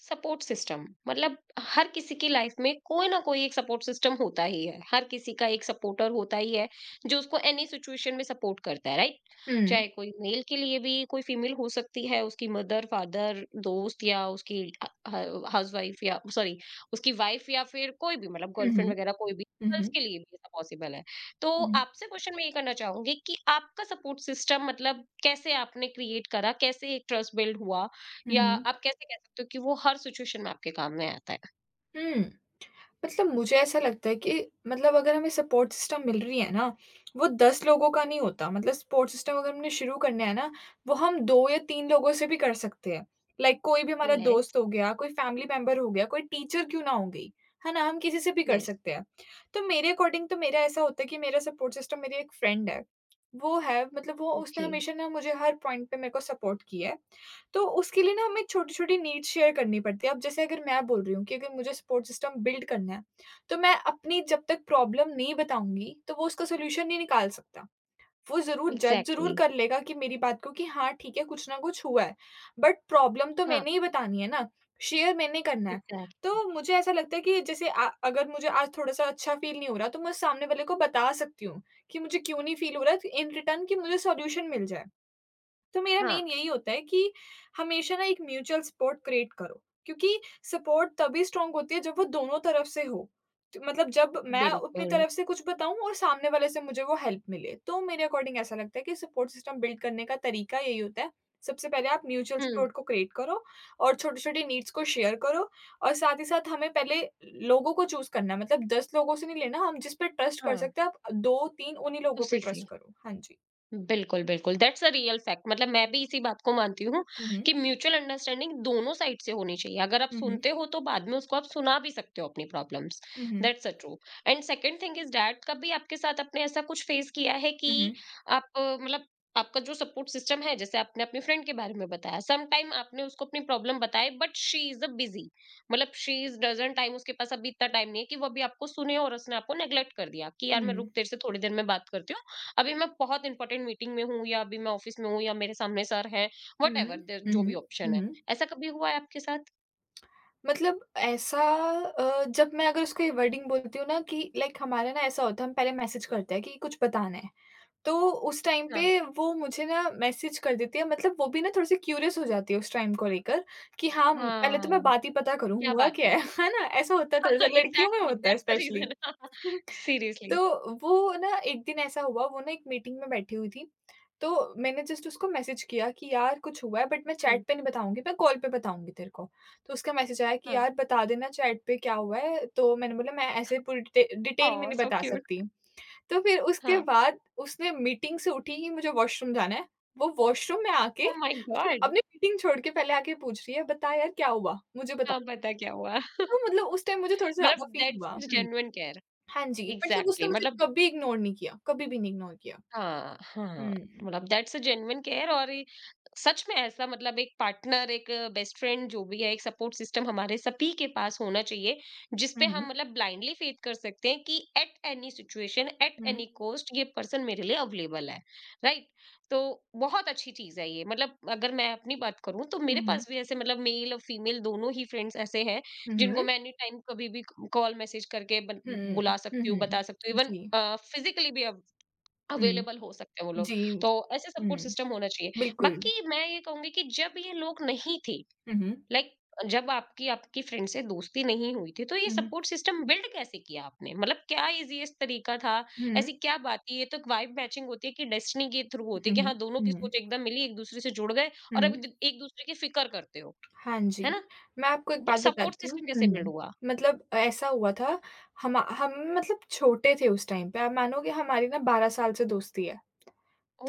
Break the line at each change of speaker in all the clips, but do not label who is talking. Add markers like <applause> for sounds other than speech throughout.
Support system मतलब हर किसी की लाइफ में कोई ना कोई एक सपोर्ट सिस्टम होता ही है। हर किसी का एक सपोर्टर होता ही है जो उसको एनी सिचुएशन में सपोर्ट करता है, राइट।
हुँ।
चाहे कोई मेल के लिए भी कोई फीमेल हो सकती है, उसकी मदर, फादर, दोस्त या उसकी हाउसवाइफ या सॉरी, उसकी वाइफ या फिर कोई भी मतलब
हुँ,
गर्लफ्रेंड
हुँ।
वगैरह, कोई भी।
हुँ,
गर्ल्स
हुँ।
के लिए भी ऐसा पॉसिबल है। तो
हुँ,
आपसे क्वेश्चन मैं ये करना चाहूंगी कि आपका सपोर्ट सिस्टम मतलब कैसे आपने क्रिएट करा, कैसे एक ट्रस्ट बिल्ड हुआ
हुँ,
या
हुँ।
आप कैसे कह सकते हो कि वो हर सिचुएशन में आपके काम में आता है।
हुँ, मतलब मुझे ऐसा लगता है कि मतलब अगर हमें सपोर्ट सिस्टम मिल रही है ना, वो 10 लोगों का नहीं होता। मतलब सपोर्ट सिस्टम अगर हमने शुरू करना है ना, वो हम 2 या 3 लोगों से भी कर सकते हैं। लाइक कोई भी हमारा
यस।
दोस्त हो गया, कोई फैमिली मेंबर हो गया, कोई टीचर क्यों ना हो गई, है ना? हम किसी से भी कर
यस।
सकते हैं। तो मेरे अकॉर्डिंग तो मेरा ऐसा होता है कि मेरा सपोर्ट सिस्टम मेरी एक फ्रेंड है। वो है मतलब वो उसने
ओके।
हमेशा ना मुझे हर पॉइंट पे मेरे को सपोर्ट किया है। तो उसके लिए ना हमें छोटी-छोटी नीड्स शेयर करनी पड़ती है। अब जैसे अगर मैं बोल रही हूँ कि अगर मुझे सपोर्ट सिस्टम बिल्ड करना है, तो मैं अपनी जब तक प्रॉब्लम नहीं बताऊँगी, तो वो उसका सॉल्यूशन नहीं निकाल सकता। वो ज़रूर जज ज़रूर
एग्ज़ैक्टली।
कर लेगा कि मेरी बात को कि हाँ, ठीक है, कुछ ना कुछ हुआ है, बट प्रॉब्लम तो
हाँ।
मैंने ही बतानी है ना, शेयर मैंने करना है।
एग्ज़ैक्ट।
तो मुझे ऐसा लगता है कि जैसे अगर मुझे आज थोड़ा-सा अच्छा फ़ील नहीं हो रहा, तो मैं सामने वाले को बता सकती हूँ कि मुझे क्यों नहीं फ़ील हो रहा है, इन रिटर्न कि मुझे सॉल्यूशन मिल जाए। तो मेरा
हाँ।
मेन यही होता है कि हमेशा ना एक म्यूचुअल सपोर्ट क्रिएट करो क्योंकि सपोर्ट तभी स्ट्रांग होती है जब वो दोनों तरफ से हो। तो मतलब जब मैं अपनी
बिल्कुल।
तरफ से कुछ बताऊं और सामने वाले से मुझे वो हेल्प मिले तो मेरे अकॉर्डिंग ऐसा लगता है कि सपोर्ट सिस्टम बिल्ड करने का तरीका यही होता है। सबसे पहले आप म्यूचुअल
हुँ।
सपोर्ट को क्रिएट करो और छोटे छोटे नीड्स को शेयर करो और साथ ही साथ हमें पहले लोगों को चूज करना है मतलब दस लोगों से नहीं लेना। हम जिस पे ट्रस्ट कर
हाँ,
सकते हैं आप दो तीन उन्हीं लोगों पे
उसी से।
ट्रस्ट करो। हाँ जी।
बिल्कुल, बिल्कुल, दैट्स अ रियल फैक्ट। मतलब मैं भी इसी बात को मानती हूँ
हम्म।
कि म्यूचुअल अंडरस्टैंडिंग दोनों साइड से होनी चाहिए। अगर आप
हम्म।
सुनते हो तो बाद में उसको आप सुना भी सकते हो अपनी प्रॉब्लम्स।
हम्म।
That's a true. And second thing is that कभी आपके साथ आपने ऐसा कुछ फेस किया है कि
हम्म।
आप मतलब आपका जो सपोर्ट सिस्टम है, जैसे आपने अपनी फ्रेंड के बारे में बताया, सम टाइम आपने उसको अपनी प्रॉब्लम बताई but she is a busy, मतलब शी इज़ डज़न्ट टाइम, उसके पास अभी इतना टाइम नहीं है कि वो अभी आपको सुने और उसने आपको नेगलेक्ट कर दिया कि यार
हुँ।
मैं रुक, तेरे से थोड़ी देर में बात करती हूँ। अभी मैं बहुत इंपॉर्टेंट मीटिंग में हूँ या अभी मैं ऑफिस में हूँ या मेरे सामने सर हैं,
हुँ,
व्हाटएवर
हुँ,
जो
हुँ,
भी ऑप्शन
हुँ,
है।
हुँ।
ऐसा कभी हुआ है आपके साथ?
मतलब ऐसा जब मैं अगर उसको ये वर्डिंग बोलती हूँ ना कि लाइक हमारा ना ऐसा होता है, हम पहले मैसेज करते हैं कि कुछ बताना है। तो उस टाइम
हाँ।
पे वो मुझे ना मैसेज कर देती है मतलब वो भी ना थोड़ी-सी क्यूरियस हो जाती है उस टाइम को लेकर कि हाँ, पहले तो मैं
हाँ,
बात ही पता करूँ,
क्या
हुआ
बात
क्या
है।
है, <laughs> है ना? ऐसा होता है, थोड़ा-सा
<laughs>
लड़कियों में
एग्जैक्टली
होता है
that's the
specially.
Reason.
<laughs>
Seriously.
तो वो ना एक दिन ऐसा हुआ, वो ना एक मीटिंग में बैठी हुई थी। तो मैंने जस्ट उसको मैसेज किया कि यार कुछ हुआ है बट मैं
<laughs> हम्म।
चैट पे नहीं बताऊँगी, मैं कॉल पे बताऊँगी तेरे को। तो उसका मैसेज आया कि
हाँ।
यार बता देना चैट पे क्या हुआ है? तो मैंने बोला मैं ऐसे पूरी डिटेल में
ओह
नहीं
सो
बता
क्यूट।
सकती। तो फिर उसके
हाँ।
बाद उसने मीटिंग से उठी ही मुझे वॉशरूम जाना है। वो वॉशरूम में आके
ओह माय
<laughs>
गॉड।
अपनी मीटिंग छोड़ के पहले आके पूछ रही है बता यार क्या हुआ? मुझे बता।
हाँ, पता क्या हुआ। <laughs>
तो मतलब उस टाइम मुझे थोड़ा-सा
मतलब
ज़्यादा फ़ील हुआ।
दैट्स
हुँ।
Genuine care.
हाँ जी, मतलब
एग्जैक्टली
उसने मुझे
मतलब
कभी इग्नोर नहीं किया, कभी भी नहीं इग्नोर किया।
हाँ, हाँ।
हुँ,
मतलब दैट्स अ जेन्युइन केयर और ये सच में ऐसा, मतलब एक पार्टनर, एक बेस्ट फ्रेंड जो भी है, एक सपोर्ट सिस्टम हमारे सभी के पास होना चाहिए, जिस
हुँ,
पे
हुँ,
हम मतलब ब्लाइंडली फेथ कर सकते हैं कि एट एनी सिचुएशन, एट
हुँ,
एनी कॉस्ट ये पर्सन मेरे लिए अवेलेबल है, राइट? तो बहुत अच्छी चीज़ है ये। मतलब अगर मैं अपनी बात करूँ तो मेरे
हुँ,
पास भी ऐसे मतलब मेल और फीमेल दोनों ही फ्रेंड्स ऐसे हैं जिनको मैं एनी टाइम कभी भी कॉल, मैसेज करके ब बुला
हुँ,
सकती हूँ,
हुँ,
बता सकती हूँ। इवन
जी,
फिज़िकली भी
हुँ,
अवेलेबल हो सकते हैं वो लोग।
जी,
तो ऐसे सपोर्ट
हुँ,
सिस्टम होना चाहिए।
बिल्कुल।
बाकी मैं ये कहूँगी कि जब ये लोग नहीं थे,
हुँ, हुँ,
लाइक जब आपकी आपकी फ्रेंड से दोस्ती नहीं हुई थी, तो ये
हुँ,
सपोर्ट सिस्टम बिल्ड कैसे किया आपने? मतलब क्या ईज़ीएस्ट तरीका था?
हुँ,
ऐसी क्या बात थी? ये तो वाइब मैचिंग होती है कि डेस्टिनी के थ्रू होती है कि
हुँ,
हाँ, दोनों की
हुँ,
सोच एकदम मिली, एक-दूसरे से जुड़ गए और
हुँ,
अब द एक-दूसरे की फ़िक्र करते हो,
हाँ
है
जी।
ना?
मैं आपको एक
बट
बात
सपोर्ट
बताती हूँ।
सिस्टम कैसे बिल्ड
हुँ,
हुआ?
मतलब ऐसा हुआ था, हम मतलब छोटे थे उस टाइम पे, आप मानोगे हमारी ना 12 साल से दोस्ती है।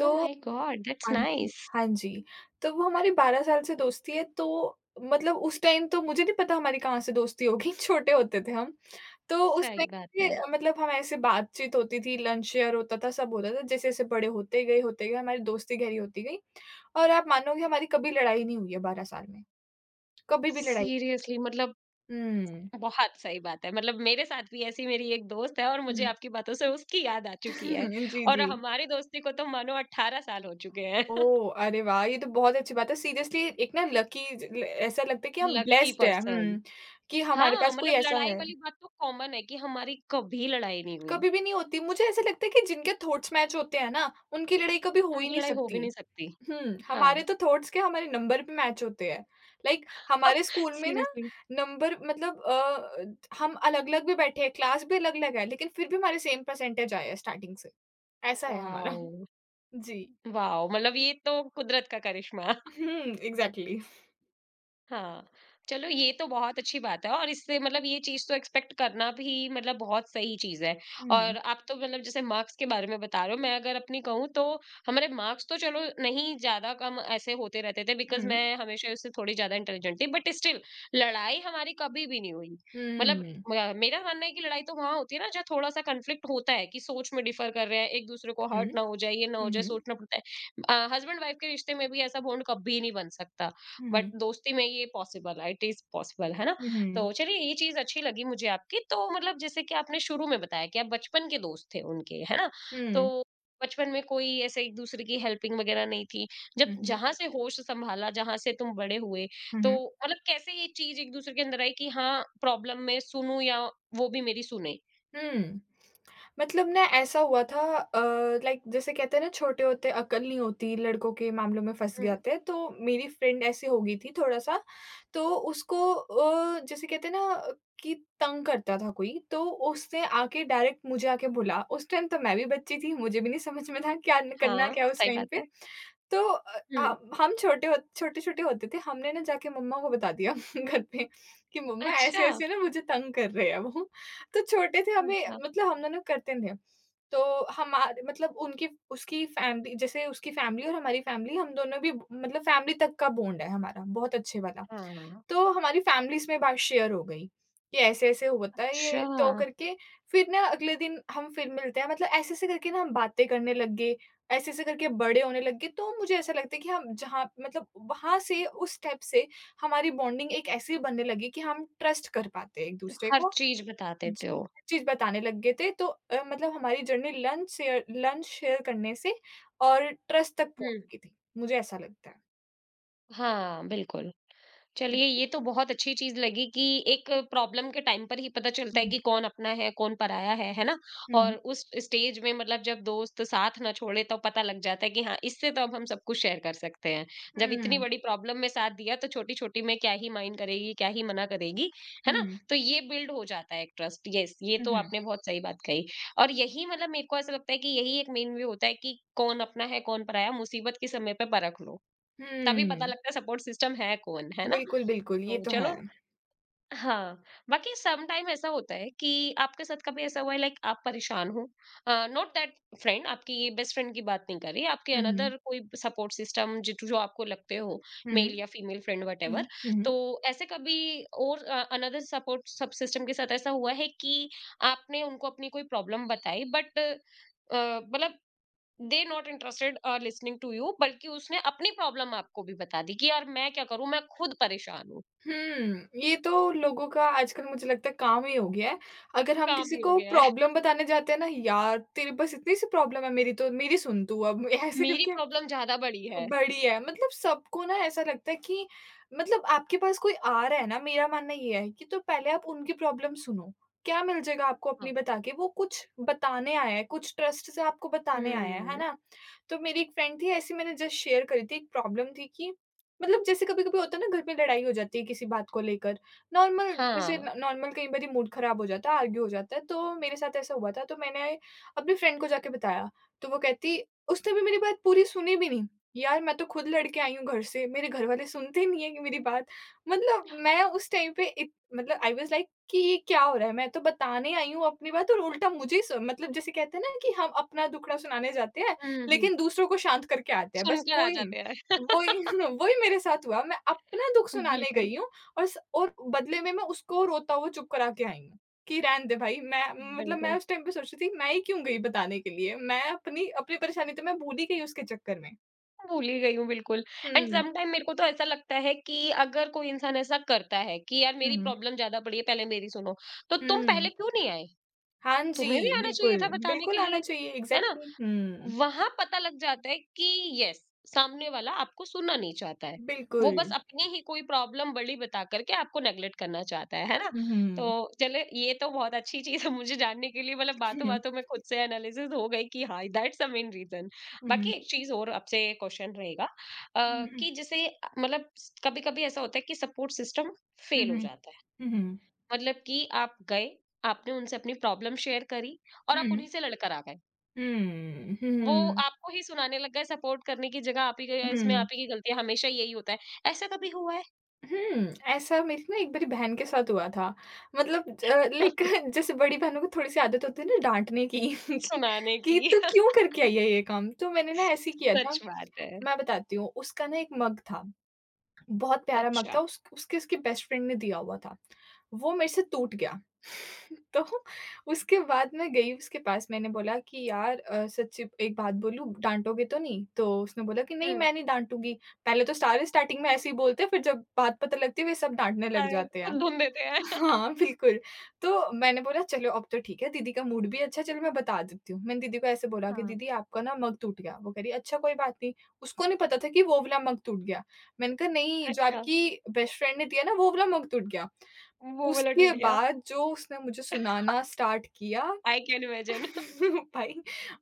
ओह माय गॉड! दैट्स
हाँ जी,
नाइस।
हाँ जी। तो वो हमारी 12 साल से दोस्ती है तो मतलब उस टाइम तो मुझे नहीं पता हमारी कहाँ से दोस्ती होगी, <laughs> छोटे होते थे हम। तो उस टाइम
सही बात
पे
है।
मतलब हम ऐसे बातचीत होती थी, लंच शेयर होता था, सब होता था। जैसे-जैसे बड़े होते गए हमारी दोस्ती गहरी होती गई और आप मानोगे हमारी कभी लड़ाई नहीं हुई है 12 साल में, कभी भी लड़ाई।
सीरियसली मतलब
हुँ,
बहुत सही बात है। मतलब मेरे साथ भी ऐसी मेरी एक दोस्त है और मुझे
हुँ।
आपकी बातों से उसकी याद आ चुकी है
<laughs> जी,
और
जी।
हमारी दोस्ती को तो मानो 18 साल हो चुके हैं।
ओह! अरे वाह! ये तो बहुत अच्छी बात है। सीरियसली एक ना लकी ज ल ऐसा लगता है कि हम
लकी
ब्लेस्ड हैं।
पर्सन।
हुँ, कि हमारे
हाँ,
पास कोई
मतलब
ऐसा
लड़ाई
है।
वाली बात तो कॉमन है कि हमारी कभी लड़ाई नहीं हुई।
कभी भी नहीं होती। मुझे ऐसा लगता है कि जिनके थॉट्स मैच होते हैं ना, उनकी लड़ाई कभी हो ही
उनकी
नहीं
लड़ाई हो भी
सकती।
नहीं सकती।
हुँ,
हाँ,
हमारे तो थॉट्स क्या, हमारे नंबर भी मैच होते हैं। लाइक हमारे
<laughs>
स्कूल में ना
सीरियसली।
नंबर मतलब हम अलग-अलग भी बैठे हैं, क्लास भी अलग-अलग है, लेकिन फिर भी हमारे सेम परसेंटेज आए हैं स्टार्टिंग से। ऐसा है हमारा।
वॉव!
जी।
वॉव! मतलब ये तो कुदरत का करिश्मा।
हुँ, एग्ज़ैक्टली।
हाँ, चलो ये तो बहुत अच्छी बात है और इससे मतलब ये चीज़ तो एक्सपेक्ट करना भी मतलब बहुत सही चीज़ है।
हुँ,
और
हुँ,
आप तो मतलब जैसे मार्क्स के बारे में बता रहे हो, मैं अगर अपनी कहूँ तो हमारे मार्क्स तो चलो नहीं ज़्यादा कम ऐसे होते रहते थे बिकॉज़
हुँ,
मैं हमेशा उससे थोड़ी ज़्यादा इंटेलिजेंट थी, बट स्टिल लड़ाई हमारी कभी भी नहीं हुई। मतलब
हुँ,
मेरा मानना है कि लड़ाई तो वहाँ होती है ना जहाँ थोड़ा सा कन्फ्लिक्ट होता है, कि सोच में डिफर कर रहे हैं, एक दूसरे को
हुँ,
हर्ट ना हो जाए, ये ना
हुँ,
हो जाए
हुँ,
सोचना पड़ता है। हस्बैंड वाइफ के रिश्ते में भी ऐसा बॉन्ड कभी नहीं बन सकता, बट
हुँ,
दोस्ती में ये पॉसिबल है। इट इज पॉसिबल है ना।
हुँ, हुँ,
तो चलिए ये चीज अच्छी लगी मुझे आपकी, तो मतलब जैसे कि आपने शुरू में बताया कि आप बचपन के दोस्त थे उनके, है ना? तो
हुँ,
बचपन में कोई ऐसे एक दूसरे की हेल्पिंग वगैरह नहीं थी, जब
हुँ,
जहां से होश संभाला, जहां से तुम बड़े हुए, तो
हुँ,
मतलब कैसे ये चीज एक दूसरे के अंदर आई कि हाँ, प्रॉब्लम में सुनूं या वो भी मेरी सुने।
हुँ। मतलब ना ऐसा हुआ था, लाइक जैसे कहते हैं ना छोटे होते अक्ल नहीं होती, लड़कों के मामलों में फँस
हम्म,
जाते हैं, तो मेरी फ्रेंड ऐसी हो गई थी थोड़ा-सा, तो उसको जैसे कहते हैं ना कि तंग करता था कोई, तो उसने आके डायरेक्ट मुझे आके बोला। उस टाइम तो मैं भी बच्ची थी, मुझे भी नहीं समझ में था क्या करना
हाँ,
क्या है उस
सही
टाइम
बात
पे।
है।
तो
हम्म।
हम छोटे-छोटे होते थे, हमने ना जाके मम्मा को बता दिया <laughs> घर पे कि मम्मा
अच्छा।
ऐसे-ऐसे ना मुझे तंग कर रहे हैं वो। तो छोटे थे हमें
अच्छा।
मतलब हम दोनों करते थे। तो हमारे मतलब उनकी उसकी फैमिली जैसे उसकी फैमिली और हमारी फैमिली, हम दोनों भी मतलब फैमिली तक का बॉन्ड है हमारा, बहुत अच्छे वाला।
हाँ।
तो हमारी फैमिलीज़ में बात शेयर हो गई कि ऐसे-ऐसे होता है
अच्छा,
ये तो करके फिर ना अगले दिन हम फिर मिलते हैं मतलब ऐसे-ऐसे करके ना हम बातें करने लग गए, ऐसे-ऐसे करके बड़े होने लग गए। तो मुझे ऐसा लगता है कि हम जहाँ मतलब वहाँ से उस स्टेप से हमारी बॉन्डिंग एक ऐसी बनने लगी कि हम ट्रस्ट कर पाते हैं
तो
एक-दूसरे
हर
को।
चीज बता
जी,
देते हो।
चीज़ बताने लग गए थे तो मतलब हमारी जर्नी लंच शेयर करने से और ट्रस्ट तक पहुँच गई थी, मुझे ऐसा लगता है।
हाँ, बिल्कुल। चलिए
जी।
ये तो बहुत अच्छी चीज़ लगी कि एक प्रॉब्लम के टाइम पर ही पता चलता
हुँ,
है
हुँ,
कि कौन अपना है, कौन पराया है ना? और
हुँ,
उस स्टेज में मतलब जब दोस्त साथ ना छोड़े तब पता लग जाता है कि हाँ, इससे तो अब हम सब कुछ शेयर कर सकते हैं। जब इतनी
हुँ,
बड़ी प्रॉब्लम में साथ दिया तो छोटी-छोटी में क्या ही माइंड करेगी, क्या ही मना करेगी, है ना?
हुँ,
तो ये बिल्ड हो जाता है एक ट्रस्ट। येस, ये तो
हुँ,
आपने बहुत सही बात कही। और यही मतलब मेरे को ऐसा लगता है कि यही एक मेन वे होता है कि कौन अपना है, कौन पराया, मुसीबत के समय पे परख लो। तभी
हुँ,
पता
हुँ,
लगता है सपोर्ट सिस्टम है कौन, है ना?
बिल्कुल, बिल्कुल, ये
तो
तो है।
चलो हाँ, बाकी सम टाइम ऐसा होता है कि आपके साथ कभी ऐसा हुआ है लाइक आप परेशान हो, नॉट दैट फ्रेंड, आपकी बेस्ट फ्रेंड की बात नहीं कर रही, आपके
हुँ, हुँ,
अनदर कोई सपोर्ट सिस्टम जिट जो आपको लगते हो,
हुँ,
मेल या फीमेल फ्रेंड
हुँ,
व्हाटएवर।
हुँ, हुँ।
तो ऐसे कभी और अनदर सपोर्ट सब सिस्टम के साथ ऐसा हुआ है कि आपने उनको अपनी कोई प्रॉब्लम बताई, बट मतलब they not interested listening to you, बल्कि उसने अपनी प्रॉब्लम आपको भी बता दी कि यार मैं क्या करूं, मैं खुद परेशान हूँ।
हुँ, ये तो लोगों का आजकल मुझे लगता है काम ही हो गया है। अगर हम
काम
किसी
ही हो
को
गया है।
प्रॉब्लम बताने जाते हैं ना, "यार, तेरे पास इतनी सी प्रॉब्लम है, मेरी सुन तू अब" <laughs> ऐसे
मेरी
करके
प्रॉब्लम ज्यादा बड़ी है।
बढ़िया है। मतलब सबको ना ऐसा लगता है कि मतलब आपके पास कोई आ रहा है ना, मेरा मानना ये है कि तो पहले आप उनकी प्रॉब्लम सुनो। क्या मिल जाएगा आपको
हाँ।
अपनी बता के? वो कुछ बताने आया है, कुछ ट्रस्ट से आपको बताने आया है
हम्म।
ना? तो मेरी एक फ्रेंड थी ऐसी, मैंने जस्ट शेयर करी थी, एक प्रॉब्लम थी कि मतलब जैसे कभी-कभी होता है ना घर में लड़ाई हो जाती है किसी बात को लेकर। नॉर्मल जैसे
हाँ।
न नॉर्मल कई बारी मूड खराब हो जाता है, आर्ग्यू हो जाता है, तो मेरे साथ ऐसा हुआ था तो मैंने अपनी फ्रेंड को जाके बताया। तो वो कहती उसने भी मेरी बात पूरी सुनी भी नहीं। यार मैं तो खुद लड़के आई हूँ घर से, मेरे घर वाले सुनते नहीं हैं कि मेरी बात। मतलब मैं उस टाइम पे इत मतलब आई वाज़ लाइक कि ये क्या हो रहा है? मैं तो बताने आई हूँ अपनी बात और उल्टा मुझे स मतलब जैसे कहते हैं ना कि हम अपना दुखड़ा सुनाने जाते हैं,
हम्म। हम्म।
लेकिन दूसरों को शांत करके आते हैं। बस
सुनकर आ
वही
जाते हैं।
वही <laughs> वही मेरे साथ हुआ। मैं अपना दुःख
<laughs>
सुनाने
बिल्कुल।
गई हूँ और स और बदले में मैं उसको रोता हुआ चुप करा के आई हूँ, कि रहने दे भाई मैं मतलब मैं
बिल्कुल
उस टाइम पे सोच रही थी मैं ही क्यों गई बताने के लिए? मैं अपनी अपनी परेशानी तो मैं भूल ही गई उसके चक्कर में।
भूल ही गई हूँ बिल्कुल। एंड
हुँ,
सम टाइम मेरे को तो ऐसा लगता है कि अगर कोई इंसान ऐसा करता है कि यार मेरी
हुँ,
प्रॉब्लम ज्यादा बड़ी है, पहले मेरी सुनो, तो तुम
हुँ।
पहले क्यों नहीं आए?
हाँ
तुम्हें भी
जी,
आना चाहिए
बिल्कुल,
था बताने के
बिल्कुल आना
लिए,
चाहिए
है ना?
एग्ज़ैक्टली। हुँ,
वहाँ पता लग जाता है कि यस, सामने वाला आपको सुनना नहीं चाहता है। वो
बिल्कुल।
बस अपनी ही कोई प्रॉब्लम बड़ी बता करके आपको नेगलेक्ट करना चाहता है ना?
हुँ,
तो
हुँ,
चले ये तो बहुत अच्छी चीज़ है मुझे जानने के लिए, मतलब
हुँ,
बातों-बातों में खुद से एनालिसिस हो गई कि हाँ, दैट्स द मेन रीज़न।
हुँ,
बाकी
हुँ,
एक चीज़ और आपसे क्वेश्चन रहेगा कि जैसे मतलब कभी-कभी ऐसा होता है कि सपोर्ट सिस्टम
हुँ,
फेल हो
हुँ,
जाता है।
हुँ, हुँ,
मतलब कि आप गए, आपने उनसे अपनी प्रॉब्लम शेयर करी और आप
हुँ,
उन्हीं से लड़कर आ गए।
हुँ,
वो
हुँ,
आपको ही सुनाने लग गए सपोर्ट करने की जगह, आप ही गए, इसमें आप
हुँ,
ही की गलती है, हमेशा यही होता है। ऐसा कभी हुआ है?
हुँ, ऐसा मेरी ना एक बारी बहन के साथ हुआ था। मतलब लाइक <laughs>
<laughs>
जैसे बड़ी बहनों को थोड़ी-सी आदत होती है ना डाँटने की <laughs>
सुनाने
कि
की
तू क्यों
<laughs>
करके आई है ये काम? तो मैंने ना ऐसे ही किया था,
सच बात है।
मैं बताती हूँ, उसका ना एक मग था। बहुत प्यारा मग
अच्छा।
था, उस उसके उसकी बेस्ट फ्रेंड ने दिया हुआ था। वो मेरे से टूट गया। <laughs> तो उसके बाद मैं गई उसके पास, मैंने बोला कि यार सच्ची एक बात बोलूँ डाँटोगे तो नहीं? तो उसने बोला कि नहीं
हुँ।
मैं नहीं डाँटूँगी। पहले तो सारे स्टार्टिंग में ऐसे ही बोलते हैं फिर जब बात पता लगती है वे सब डाँटने लग
शायद
जाते हैं।
खुद धुन देते हैं। <laughs>
हाँ, बिल्कुल। तो मैंने बोला चलो अब तो ठीक है, दीदी का मूड भी अच्छा है, चलो मैं बता देती हूँ। मैंने दीदी को ऐसे बोला कि
हाँ।
दीदी आपका ना मग टूट गया। वो कह रही अच्छा कोई बात नहीं। उसको नहीं पता था कि वो वाला मग टूट गया। मैंने कहा नहीं जो
अच्छा,
आपकी बेस्ट फ्रेंड ने दिया ना वो वाला मग टूट गया।
वो वाला टूट
उसके
गया।
बाद जो उसने मुझे सुनाना स्टार्ट किया।
I can
<laughs>
imagine.
भाई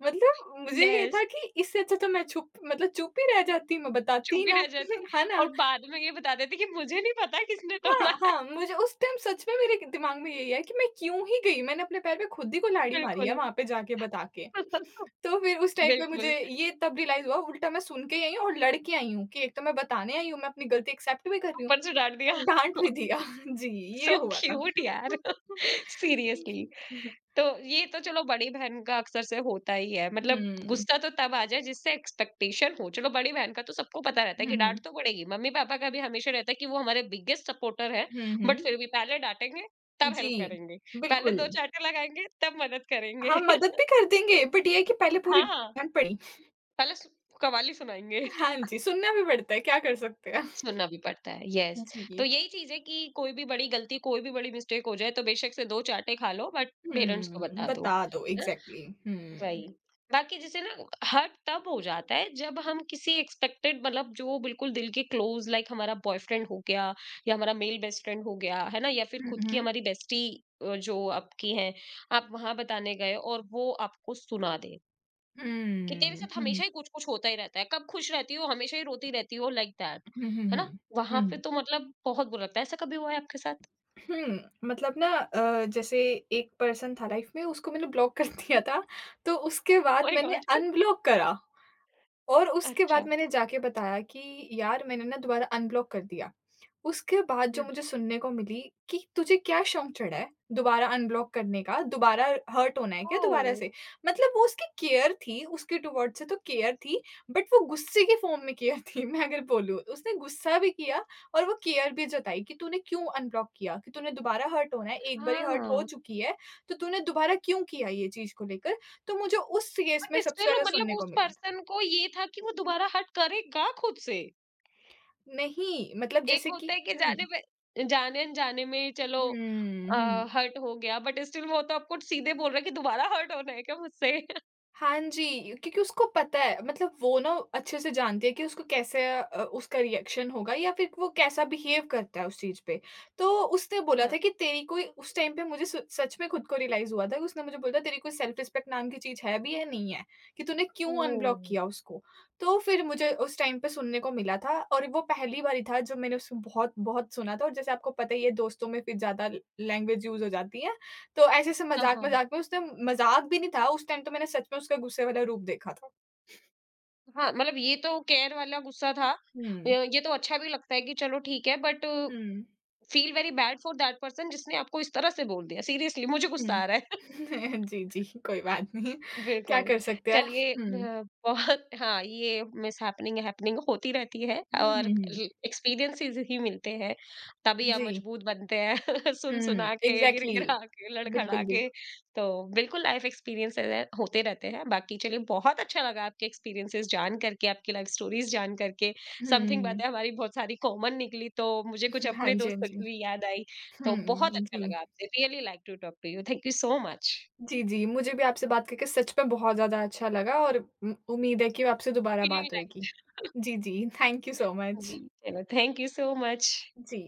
मतलब मुझे ये
यस।
था कि इससे अच्छा तो मैं छुप मतलब चुप ही रह जाती, मैं
<laughs>
बताती
चुप
ही
ही
ना,
रह जाती
<laughs> है ना?
और बाद में ये बता देती कि मुझे नहीं पता किसने
हाँ,
तोड़ा <laughs> है।
हाँ, मुझे उस टाइम सच में मेरे दिमाग में यही है कि मैं क्यों ही गई? मैंने अपने पैर पे खुद ही कुल्हाड़ी मारी है
बिल्कुल।
वहाँ पे जाके बता के।
<laughs>
तो फिर उस टाइम पे
बिल्कुल,
मुझे ये तब रियलाइज़ हुआ उल्टा मैं सुन के ही आई हूँ और लड़ के आई हूँ कि एक तो मैं बताने आई हूँ, मैं अपनी गलती एक्सेप्ट भी कर रही हूँ।
ऊपर से डाँट दिया।
डाँट भी
<laughs>
दिया। <laughs> जी, ये
सो
हुआ था।
क्यूट यार, <laughs> सीरियसली। तो ये तो चलो बड़ी बहन का अक्सर से होता ही है। मतलब
हुँ।
गुस्सा तो तब आ जाए जिससे एक्सपेक्टेशन हो। चलो बड़ी बहन का तो सबको पता रहता है
हुँ,
कि डांट
हुँ।
तो पड़ेगी। मम्मी पापा का भी हमेशा रहता है कि वो हमारे बिगेस्ट सपोर्टर है,
हुँ, हुँ।
बट फिर भी पहले डांटेंगे तब
जी,
हेल्प करेंगे। पहले
बिल्कुल।
दो चांटे लगाएंगे तब मदद करेंगे।
हाँ, मदद
<laughs>
भी कर देंगे बट ये है कि पहले पूरी
हाँ,
डाँट पड़ी।
पहले कवाली सुनाएंगे।
हाँ जी, सुनना भी पड़ता है, क्या कर सकते हैं।
सुनना भी पड़ता है, यस। तो
जी।
यही चीज है कि कोई भी बड़ी गलती, कोई भी बड़ी मिस्टेक हो जाए तो बेशक से दो चांटे खा लो, बट पेरेंट्स को
हुँ,
बता दो।
बता दो एग्ज़ैक्टली। हुँ।
वही, बाकी जैसे ना हर्ट तब हो जाता है जब हम किसी एक्सपेक्टेड, मतलब जो बिल्कुल दिल के क्लोज, लाइक हमारा बॉयफ्रेंड हो गया या हमारा मेल बेस्ट फ्रेंड हो गया, है ना, या फिर
हुँ,
खुद की
हुँ।
हमारी बेस्टी जो आपकी है, आप वहां बताने गए और वो आपको सुना दे कि तेरे
हुँ,
साथ
हुँ,
हमेशा ही कुछ कुछ होता ही रहता है, कब खुश रहती हो, हमेशा ही रोती रहती हो लाइक दैट,
हुँ,
है ना?
हुँ,
वहां पे
हुँ।
तो मतलब बहुत बुरा लगता है। ऐसा कभी हुआ है आपके साथ?
हुँ, हुँ, मतलब ना जैसे एक पर्सन था लाइफ़ में उसको मैंने ब्लॉक कर दिया था, तो उसके बाद
माय
मैंने
गॉड। <laughs>
अनब्लॉक करा। और उसके
अच्छा।
बाद मैंने जाके बताया कि यार मैंने ना दोबारा अनब्लॉक कर दिया। उसके बाद जो मुझे सुनने को मिली कि तुझे क्या शौक चढ़ा है दोबारा अनब्लॉक करने का? दोबारा हर्ट होना है क्या दोबारा
ओह।
से? मतलब वो उसकी केयर थी, उसके टुवर्ड्स से तो केयर थी, बट वो गुस्से की फ़ॉर्म में केयर थी। <laughs> मैं अगर बोलूँ। उसने गुस्सा भी किया और वो केयर भी जताई कि तूने क्यों अनब्लॉक किया? कि तूने दोबारा हर्ट होना है, एक बारी हर्ट हो
हाँ।
चुकी है, तो तूने दोबारा क्यों किया ये चीज़ को लेकर? तो मुझे उस केस
बट
में सबसे
स्टिल
ज़्यादा
मतलब
सुनने को
उस
मिला।
पर्सन को ये था कि वो दोबारा हर्ट करेगा खुद से।
नहीं, मतलब
एक
जैसे
होता
कि
है कि
हुँ,
जाने में, जाने-अनजाने में, चलो
हुँ,
अ,
हुँ।
हर्ट हो गया, बट स्टिल वो तो आपको सीधे बोल रहा है कि दोबारा हर्ट होना है क्या मुझसे? <laughs>
हाँ जी, क्योंकि उसको पता है मतलब वो ना अच्छे से जानती है कि उसको कैसे उसका रिएक्शन होगा या फिर वो कैसा बिहेव करता है उस चीज़ पे। तो उसने बोला
हाँ,
था कि तेरी कोई उस टाइम पे मुझे स सच में खुद को रियलाइज़ हुआ था कि उसने मुझे बोला था तेरी कोई सेल्फ रिस्पेक्ट नाम की चीज़ है भी या नहीं है? कि तूने क्यों
ओह!
अनब्लॉक किया उसको? तो फिर मुझे उस टाइम पे सुनने को मिला था और वो पहली बारी था जो मैंने उसमें बहुत-बहुत सुना था और जैसे आपको पता ही है दोस्तों में फिर ज़्यादा लैंग्वेज यूज़ हो जाती है। तो ऐसे-ऐसे
हाँ, हाँ।
मज़ाक-मज़ाक में उसने मज़ाक भी नहीं था, उस टाइम तो मैंने सच में उसका गुस्से वाला रूप देखा था।
हाँ, मतलब ये तो केयर वाला गुस्सा था।
हुँ,
ये तो अच्छा भी लगता है कि चलो ठीक है, बट
हुँ,
feel very bad for that person जिसने आपको इस तरह से बोल दिया। सीरियसली मुझे गुस्सा
हुँ।
आ रहा है।
<laughs> जी, जी, कोई बात नहीं, क्या
बिल्कुल।
कर सकते हैं।
चलिए
हुँ,
बहुत <laughs> हाँ, ये मिसहैपनिंग हैपनिंग होती रहती है
हुँ,
और
हुँ, हुँ।
ल एक्सपीरियंसेस ही मिलते हैं, तभी हम
जी,
मजबूत बनते हैं। <laughs>
हुँ,
सुन-सुना के,
एग्ज़ैक्टली।
गिर-गिरा के, लड़खड़ा
बिल्कुल,
के।
बिल्कुल।
तो बिल्कुल लाइफ़ एक्सपीरियंसेस है, होते रहते हैं। बाकी चलिए बहुत अच्छा लगा आपके एक्सपीरियंसेस जान करके, आपकी लाइफ़ स्टोरीज़ जान करके। समथिंग
हुँ,
बातें हमारी बहुत सारी कॉमन निकली, तो मुझे कुछ
हाँ
अपने
जी, हाँ
दोस्तों
जी।
की भी याद आई। तो बहुत
हुँ,
अच्छा
जी।
लगा आपसे। Really like to talk to you. Thank you so much.
जी, जी, मुझे भी आपसे बात करके सच में बहुत ज़्यादा अच्छा लगा और उम्मीद है कि आपसे दोबारा
फीलिंग
बात
लाइक
होएगी। जी, जी, thank you so much.
Jino, thank you so much.
Ji.